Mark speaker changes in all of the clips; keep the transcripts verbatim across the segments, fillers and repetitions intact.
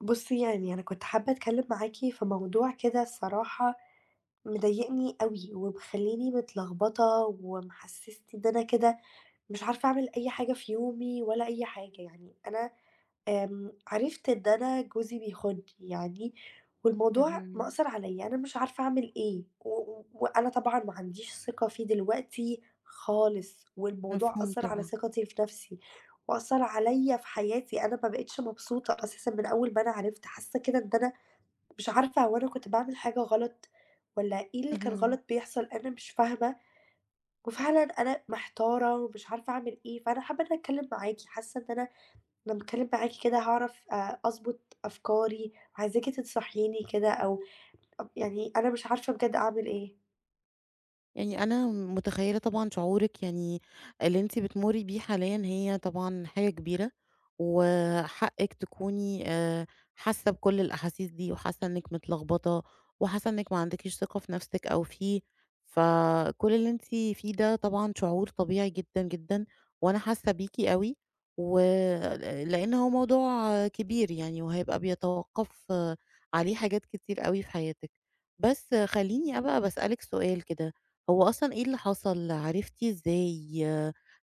Speaker 1: بُصّي، يعني أنا كنت حابة أتكلّم معاكِ في موضوع كده. الصراحة مضايقني أوي، ومخلّيني متلخبطة، ومحسّسني إن أنا كده مش عارفة أعمل أي حاجة في يومي ولا أي حاجة. يعني أنا آمم، عرفت إن أنا جوزي بيخونّي يعني، والموضوع
Speaker 2: اهم،
Speaker 1: مأثّر عليَّ، أنا مش عارفة أعمل إيه، و و وأنا طبعًا ما عنديش ثقة فيه دلوقتي خالص، والموضوع
Speaker 2: مفهوم
Speaker 1: أثّر على
Speaker 2: طبعًا،
Speaker 1: ثقتي في نفسي، وأثّر عليَّ في حياتي. أنا ما بقيتش مبسوطة أساسًا من أول ما أنا عرفت، حاسة كده إن أنا مش عارفة هو أنا كنت باعمل حاجة غلط، والّا إيه اللي كان
Speaker 2: اهم.
Speaker 1: غلط بيحصل، أنا مش فاهمة. وفعلًا أنا محتارة ومش عارفة أعمل إيه، فأنا حابة إن أنا أتكلم معاكِ، حاسة إن أنا لمّا أتكلّم معاكِ كده هاعرف آآ أضبط أفكاري، وعايزاكِ تنصحيني كده، أو أب يعني أنا مش عارفة بجد أعمل إيه.
Speaker 2: يعني أنا متخيّلة طبعًا شعورِك، يعني اللي أنتِ بتمُرّي بيه حاليًا هي طبعًا حاجة كبيرة، وحقِّك تكوني آآ حاسة بكل الأحاسيس دي، وحاسة إنِّك متلخبطة، وحاسة إنِّك ما عندكيش ثقة في نَفْسِك أو فيه، فكل اللي أنتِ فيه ده طبعًا شعور طبيعي جدًا، جدًا، وأنا حاسة بيكِ أوي، و ل لإن هو موضوع كبير يعني، وهيبقى بيتوقّف آه، عليه حاجات كتير أوي في حياتِك. بس خلّيني أبقى باسألِك سؤال كده، هو أصلًا إيه اللي حصل، عرفتِ إزاي؟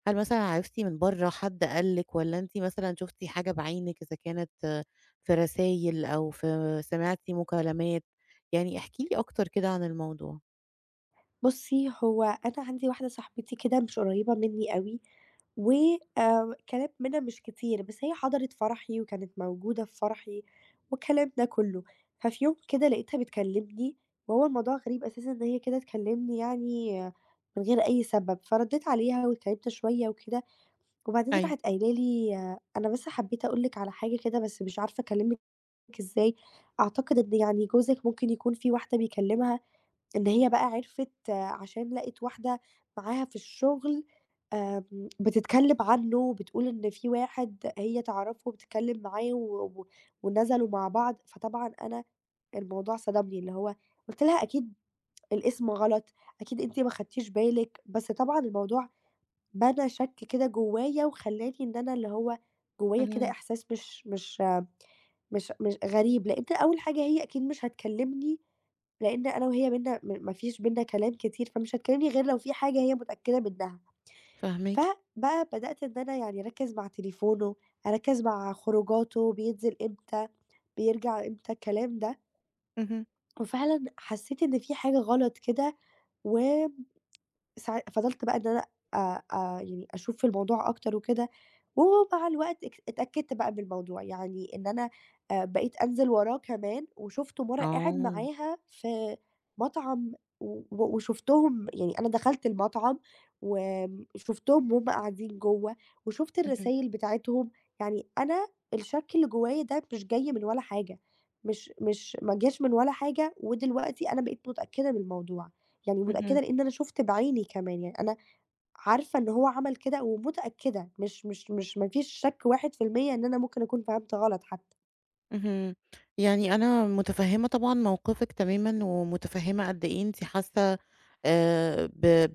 Speaker 2: هل مثلًا عرفتِ من برّه، حد قال لِك والّا أنتِ مثلًا شُفتِ حاجة بعينِك إذا كانت في رسايل أو في سمعتِ مكالمات؟ يعني احكي لي أكتر كده عن الموضوع.
Speaker 1: بُصّي، هو أنا عندي واحدة صاحبتي كده مش قريّبة منّي أوي، و آآ كلام منها مش كتير، بس هي حضرِت فرحي وكانت موجودة في فرحي والكلام ده كلّه. ففي يوم كده لقيتها بتكلّمني، وهو الموضوع غريب أساسًا إن هي كده تكلّمني يعني آه، من غير أي سبب، فردّيت عليها واتكلّمت شوية وكده، وبعدين
Speaker 2: أيوه،
Speaker 1: راحت قايله لي آه: "أنا بس حبيت أقول لِك على حاجة كده، بس مش عارفة أكلّمِك إزاي، أعتقد إن يعني جوزِك ممكن يكون في واحدة بيكلّمها". إن هي بقى عرفِت آه، عشان لقِت واحدة معاها في الشغل، آمم، بتتكلّم عنّه وبتقول إن في واحد هي تعرفه وبتتكلّم معاه و و ونزلوا مع بعض. فطبعًا أنا الموضوع صدمني، اللي هو قُلت لها: "أكيد الاسم غلط، أكيد أنتِ ما خدتيش بالِك". بس طبعًا الموضوع بنى شَك كده جوايا، وخلّاني إن أنا اللي هو جوايا كده
Speaker 2: اهم،
Speaker 1: إحساس مش مش مش مش غريب، لإن أول حاجة هي أكيد مش هتكلّمني، لإن أنا وهي بيننا م ما فيش بيننا كلام كتير، فمش هتكلّمني غير لو في حاجة هي متأكدة منّها.
Speaker 2: فاهماكِ،
Speaker 1: فبقى بدأت إن أنا يعني أركّز مع تليفونه، أركّز مع خروجاته، بينزل إمتى، بيرجع إمتى، الكلام ده.
Speaker 2: اهم.
Speaker 1: وفعلًا حسّيت إن في حاجة غلط كده، و ساع فضلت بقى إن أنا أ أ يعني أشوف في الموضوع أكتر وكده، ومع الوقت اك اتأكدت بقى من الموضوع، يعني إن أنا آآ بقيت أنزل وراه كمان، وشُفته مرّة قاعد
Speaker 2: آه.
Speaker 1: معاها في مطعم. و و- وشُفتهم، يعني أنا دخلت المطعم وآمم شُفتهم وهُم قاعدين جوّه، وشُفت
Speaker 2: اهم،
Speaker 1: الرسايل بتاعتهم. يعني أنا الشَك اللي جوايا ده مش جاي من ولا حاجة، مش مش ما جاش من ولا حاجة، ودلوقتي أنا بقيت متأكدة من الموضوع. يعني
Speaker 2: اهم.
Speaker 1: متأكدة لإن أنا شُفت بعيني كمان. يعني أنا عارفة إن هو عمل كده ومتأكدة، مش مش مش ما فيش شَك واحد في المية إن أنا ممكن أكون فهمت غلط حتى.
Speaker 2: اهم. يعني أنا متفهّمة طبعًا موقفِك تمامًا، ومتفهّمة قد إيه أنتِ حاسة آآ ب ب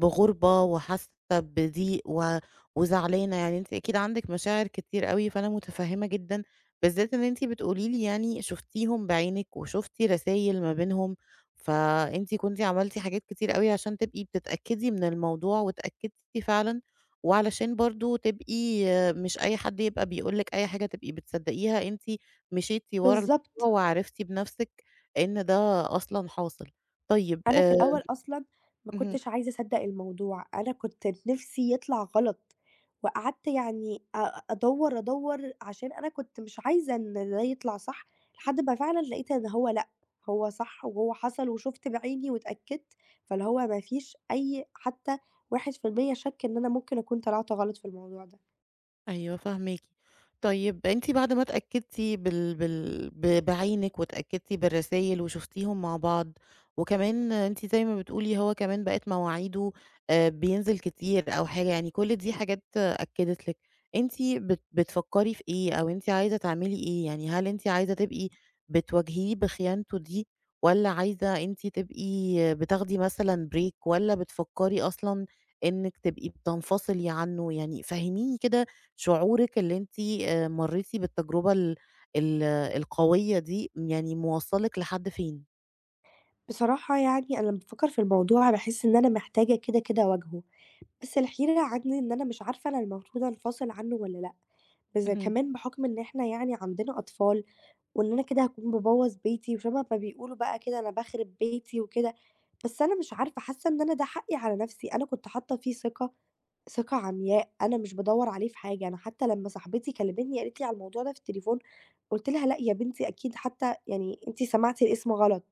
Speaker 2: بغُربة وحاسة بضيق و وزعلانة، يعني أنتِ أكيد عندِك مشاعر كتير أوي، فأنا متفهّمة جدًا، بالذات إن أنتِ بتقولي لي يعني شُفتيهم بعينِك وشُفتِ رسايل ما بينهم، فأنتِ كنتِ عملتِ حاجات كتير أوي عشان تبقي بتتأكدي من الموضوع، واتأكدتِ فعلًا، وعلشان برضه تبقي آه، مش أي حد يبقى بيقول لِك أي حاجة تبقي بتصدّقيها، أنتِ مشيتِ ورا الموضوع
Speaker 1: بالضبط.
Speaker 2: وعرفتِ بنفسِك إن ده أصلًا حاصل. طيب
Speaker 1: أنا في
Speaker 2: آآ
Speaker 1: الأول أصلًا ما
Speaker 2: اهم.
Speaker 1: كنتش عايزة أصدّق الموضوع، أنا كنت نِفْسي يطلع غلط، وقعدت يعني أ أدوّر، أدوّر، عشان أنا كنت مش عايزة إن ده يطلع صح، لحد ما فعلًا لقيت إن هو لأ، هو صح وهو حصل وشُفت بعيني واتأكدت، فاللي هو ما فيش أي حتى واحد في المية شَك إن أنا ممكن أكون طلعت غلط في الموضوع ده.
Speaker 2: أيوه فاهماكِ. طيب أنتِ بعد ما اتأكدتِ بال بال ب بعينِك واتأكدتِ بالرسايل وشُفتيهم مع بعض، وكمان أنتِ زي ما بتقولي هو كمان بقت مواعيده آآ بينزل كتير أو حاجة، يعني كل دي حاجات آه، أكدت لِك، أنتِ بت بتفكّري في إيه أو أنتِ عايزة تعملي إيه؟ يعني هل أنتِ عايزة تبقي بتواجهيه بخيانته دي والّا عايزة أنتِ تبقي بتاخدي مثلًا break والّا بتفكّري أصلًا إنِّك تبقي بتنفصلي عنه؟ يعني فهّميني كده شعورِك اللي أنتِ آآ مرّيتِ بالتجربة ال ال القوية دي، يعني مواصّلِك لحد فين؟
Speaker 1: بصراحة يعني أنا لمّا بافكّر في الموضوع باحس إن أنا محتاجة كده، كده أواجهه. بس الحيرة عندي إن أنا مش عارفة أنا المفروض أنفصل عنّه والّا لأ، بس
Speaker 2: اهم.
Speaker 1: كمان بحُكم إن إحنا يعني عندنا أطفال، وإن أنا كده هاكون بابوّظ بيتي، وشبه ما بيقولوا بقى كده أنا باخرب بيتي وكده، بس أنا مش عارفة، حاسة إن أنا ده حقّي على نَفْسي. أنا كنت حاطة فيه ثقة ثقة عمياء، أنا مش بادوّر عليه في حاجة. أنا حتى لمّا صاحبتي كلمتني قالت لي على الموضوع ده في التليفون، قُلت لها: "لأ يا بنتي، أكيد حتى يعني أنتِ سمعتِ الاسم غلط،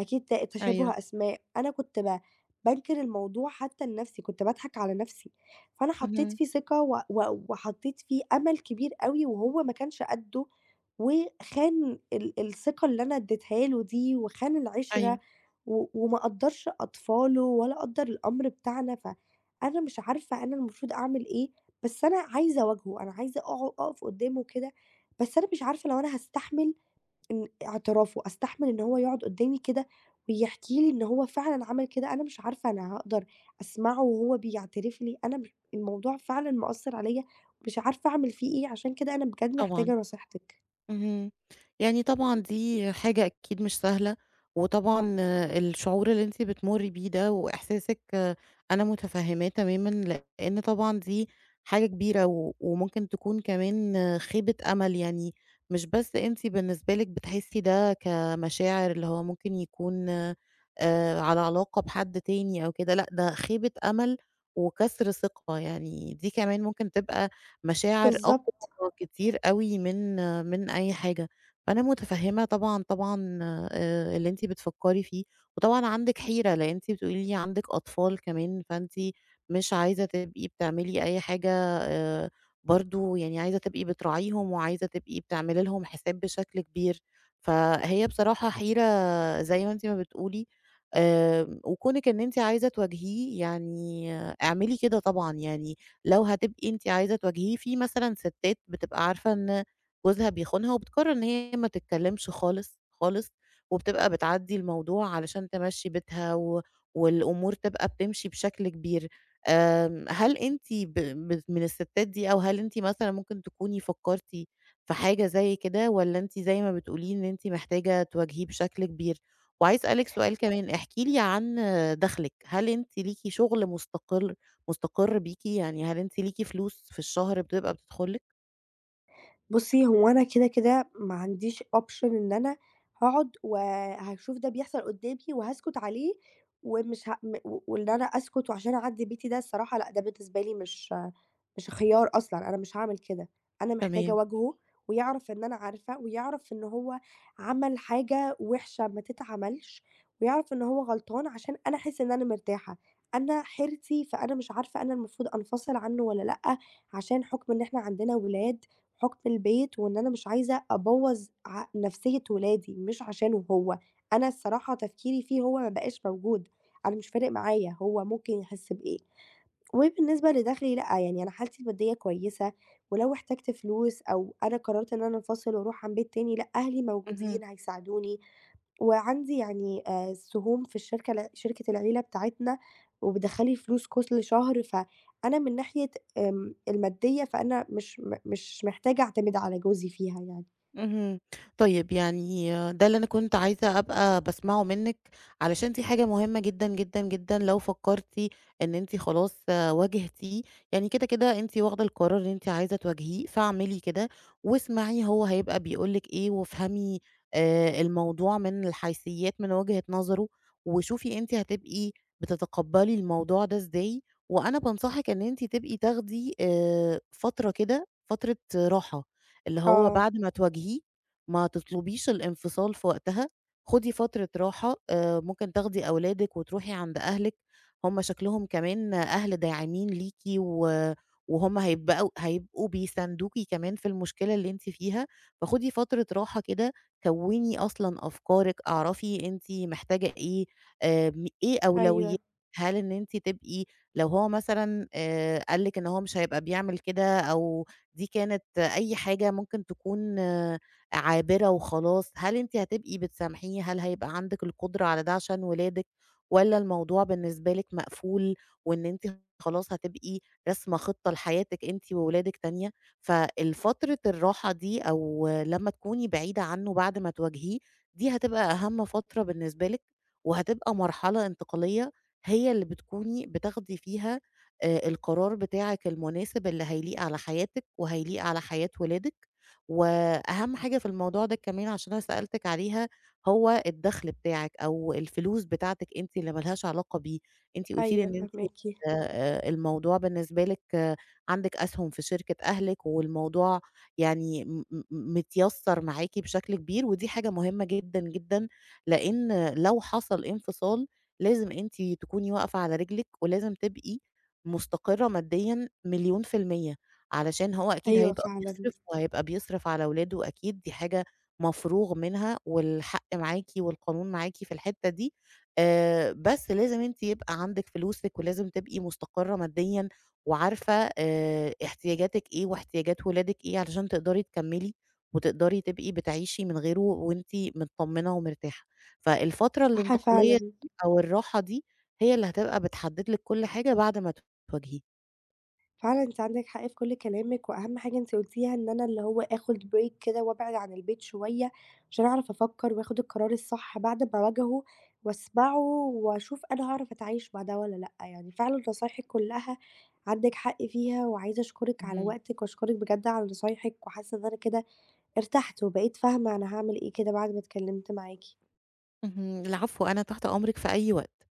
Speaker 1: أكيد ت
Speaker 2: أيوه.
Speaker 1: تشابه أسماء". أنا كنت ب بانكر الموضوع حتى لنفسي، كنت باضحك على نفسي، فأنا حطيت
Speaker 2: اهم.
Speaker 1: فيه ثقة و و وحطيت فيه أمل كبير أوي، وهو ما كانش قدّه، وخان ال الثقة اللي أنا اديتها له دي، وخان العِشرة
Speaker 2: أيوه.
Speaker 1: و وما قدّرش أطفاله ولا قدّر الأمر بتاعنا. فأنا مش عارفة أنا المفروض أعمل إيه، بس أنا عايزة أواجهه، أنا عايزة أقع أقف قدّامه كده، بس أنا مش عارفة لو أنا هاستحمل إن اعترافه، أستحمل إن هو يقعد قدّامي كده ويحكي لي إن هو فعلًا عمل كده. أنا مش عارفة أنا هاقدر أسمعه وهو بيعترف لي، أنا مش، الموضوع فعلًا مأثّر عليَّ، مش عارفة أعمل فيه إيه. عشان كده أنا بجد
Speaker 2: طبعًا.
Speaker 1: محتاجة نصيحتِك.
Speaker 2: اهم. يعني طبعًا دي حاجة أكيد مش سهلة، وطبعًا آه، الشعور اللي أنتِ بتمُرّي بيه ده وإحساسِك آه، أنا متفهّماه تمامًا، لإن طبعًا دي حاجة كبيرة و وممكن تكون كمان آه، خيبة أمل، يعني مش بس أنتِ بالنسبة لِك بتحسّي ده كمشاعر اللي هو ممكن يكون آآ على علاقة بحد تاني أو كده، لأ ده خيبة أمل وكسر ثقة، يعني دي كمان ممكن تبقى مشاعر أق
Speaker 1: بالضبط.
Speaker 2: آه، كتير أوي من من أي حاجة، فأنا متفهّمة طبعًا، طبعًا آآ اللي أنتِ بتفكّري فيه، وطبعًا عندِك حيرة، لإن أنتِ بتقولي لي عندِك أطفال كمان، فأنتِ مش عايزة تبقي بتعملي أي حاجة آآ برضه يعني عايزة تبقي بتراعيهم، وعايزة تبقي بتعملي لهم حساب بشكل كبير، فهي بصراحة حيرة آه، زي ما أنتِ ما بتقولي آآ، وكونِك إن أنتِ عايزة تواجهيه يعني آه، اعملي كده طبعًا، يعني لو هتبقي أنتِ عايزة تواجهيه في مثلًا ستات بتبقى عارفة إن جوزها بيخونها وبتقرر إن هي ما تتكلمش خالص، خالص، وبتبقى بتعدّي الموضوع علشان تمشّي بيتها و والأمور تبقى بتمشي بشكل كبير. آمم، هل أنتِ ب ب من الستات دي أو هل أنتِ مثلًا ممكن تكوني فكرتِ في حاجة زي كده والّا أنتِ زي ما بتقولي إن أنتِ محتاجة تواجهيه بشكل كبير؟ وعايزة أسألِك سؤال كمان، احكي لي عن دخلِك، هل أنتِ ليكِ شغل مستقر مستقر بيكِ، يعني هل أنتِ ليكِ فلوس في الشهر بتبقى بتدخل لِك؟
Speaker 1: بُصّي، هو أنا كده، كده ما عنديش option إن أنا هاقعد وهاشوف ده بيحصل قدّامي وهاسكت عليه، ومش ه م و وإن أنا أسكت وعشان أعدّي بيتي، ده الصراحة لأ، ده بالنسبة لي مش مش خيار أصلًا، أنا مش هاعمل كده. أنا محتاجة
Speaker 2: تمام.
Speaker 1: أواجهه، ويعرف إن أنا عارفة، ويعرف إن هو عمل حاجة وِحشة ما تتعملش، ويعرف إن هو غلطان عشان أنا أحس إن أنا مرتاحة. أنا حيرتي، فأنا مش عارفة أنا المفروض أنفصل عنّه والّا لأ، عشان حُكم إن إحنا عندنا ولاد، حُكم البيت، وإن أنا مش عايزة أبوّظ ع نفسية ولادي مش عشانه هو. أنا الصراحة تفكيري فيه هو ما بقاش موجود، أنا مش فارق معايا هو ممكن يحس بإيه. وبالنسبة لدخلي لأ، يعني أنا حالتي المادية كويسة، ولو احتجت فلوس أو أنا قررت إن أنا أنفصل وأروح عن بيت تاني لأ، أهلي
Speaker 2: مهم.
Speaker 1: موجودين هيساعدوني، وعندي يعني آآ سهوم في الشركة الع شركة العيلة بتاعتنا، وبتدخّل لي فلوس كل شهر، فأنا من ناحية آمم المادية، فأنا مش م مش محتاجة أعتمد على جوزي فيها يعني.
Speaker 2: اهم. طيب يعني آه، ده اللي أنا كنت عايزة أبقى باسمعه منِّك، علشان دي حاجة مهمة جدًا، جدًا، جدًا لو فكّرتِ إن أنتِ خلاص آه، واجهتيه، يعني كده، كده أنتِ واخدة القرار اللي أنتِ عايزة تواجهيه، فاعملي كده واسمعي هو هيبقى بيقول لِك إيه، وافهمي آآ الموضوع من الحيثيات من وجهة نظره، وشوفي أنتِ هتبقي بتتقبّلي الموضوع ده إزاي، وأنا بانصحِك إن أنتِ تبقي تاخدي آآ فترة كده، فترة راحة، اللي هو
Speaker 1: آه،
Speaker 2: بعد ما تواجهيه ما تطلبيش الانفصال في وقتها، خدي فترة راحة آآ، ممكن تاخدي أولادِك وتروحي عند أهلِك، هُم شكلهم كمان أهل داعمين ليكِ و وهُم هيبقوا هيبقوا بيساندوكِ كمان في المشكلة اللي أنتِ فيها، فخدي فترة راحة كده، كوّني أصلًا أفكارِك، اعرفي أنتِ محتاجة إيه، آآ، م إيه أولوياتِك،
Speaker 1: أيوه،
Speaker 2: هل إن أنتِ تبقي لو هو مثلًا آآ، قال لِك إن هو مش هيبقى بيعمل كده أو دي كانت أي حاجة ممكن تكون آه، عابرة وخلاص، هل أنتِ هتبقي بتسامحيه؟ هل هيبقى عندِك القدرة على ده عشان ولادِك، والّا الموضوع بالنسبة لِك مقفول وإن أنتِ خلاص هتبقي راسمة خطة لحياتِك أنتِ وولادِك تانية؟ فالفترة الراحة دي أو لمّا تكوني بعيدة عنه بعد ما تواجهيه، دي هتبقى أهم فترة بالنسبة لِك، وهتبقى مرحلة انتقالية هي اللي بتكوني بتاخدي فيها آآ القرار بتاعِك المناسب اللي هيليق على حياتِك وهيليق على حياة ولادِك، وأهم حاجة في الموضوع ده كمان عشان أنا سألتِك عليها، هو الدخل بتاعِك أو الفلوس بتاعتِك أنتِ اللي ما لهاش علاقة بيه، أنتِ قُلتِ لي
Speaker 1: أيوه
Speaker 2: إن أنتِ
Speaker 1: فاهماكِ،
Speaker 2: آآ الموضوع بالنسبة لِك آه، عندِك أسهم في شركة أهلِك والموضوع يعني م م متيسّر معاكِ بشكل كبير، ودي حاجة مهمة جدًا، جدًا، لإن لو حصل انفصال لازم أنتِ تكوني واقفة على رجلِك، ولازم تبقي مستقرة ماديًا مليون في المِيّة، علشان هو أكيد
Speaker 1: أيوه
Speaker 2: هيبقى
Speaker 1: فعلًا،
Speaker 2: بيصرف وهيبقى بيصرف على ولاده أكيد، دي حاجة مفروغ منها والحق معاكِ والقانون معاكِ في الحتّة دي، آآ بس لازم أنتِ يبقى عندِك فلوسِك ولازم تبقي مستقرة ماديًا وعارفة آآ احتياجاتِك إيه واحتياجات ولادِك إيه علشان تقدري تكمّلي وتقدري تبقي بتعيشي من غيره وأنتِ متطمنة ومرتاحة. فالفترة
Speaker 1: صح
Speaker 2: الانتقالية
Speaker 1: فعلًا.
Speaker 2: دي أو الراحة دي هي اللي هتبقى بتحدد لِك كل حاجة بعد ما تواجهيه.
Speaker 1: فعلًا أنتِ عندِك حق في كل كلامِك، وأهم حاجة أنتِ قُلتيها إن أنا اللي هو آخُد break كده وأبعد عن البيت شوية، عشان أعرف أفكّر وآخُد القرار الصح بعد ما أواجهه وأسمعه وأشوف أنا هاعرف أتعايش مع ده والّا لأ. يعني فعلًا نصايحِك كلّها عندِك حق فيها، وعايزة أشكرِك على
Speaker 2: اهم،
Speaker 1: وقتِك وأشكرِك بجد على نصايحِك، وحاسة إن أنا كده ارتحت وبقيت فاهمة أنا هاعمل إيه كده بعد ما اتكلّمت معاكِ.
Speaker 2: اهم، العفو أنا تحت أمرِك في أي وقت.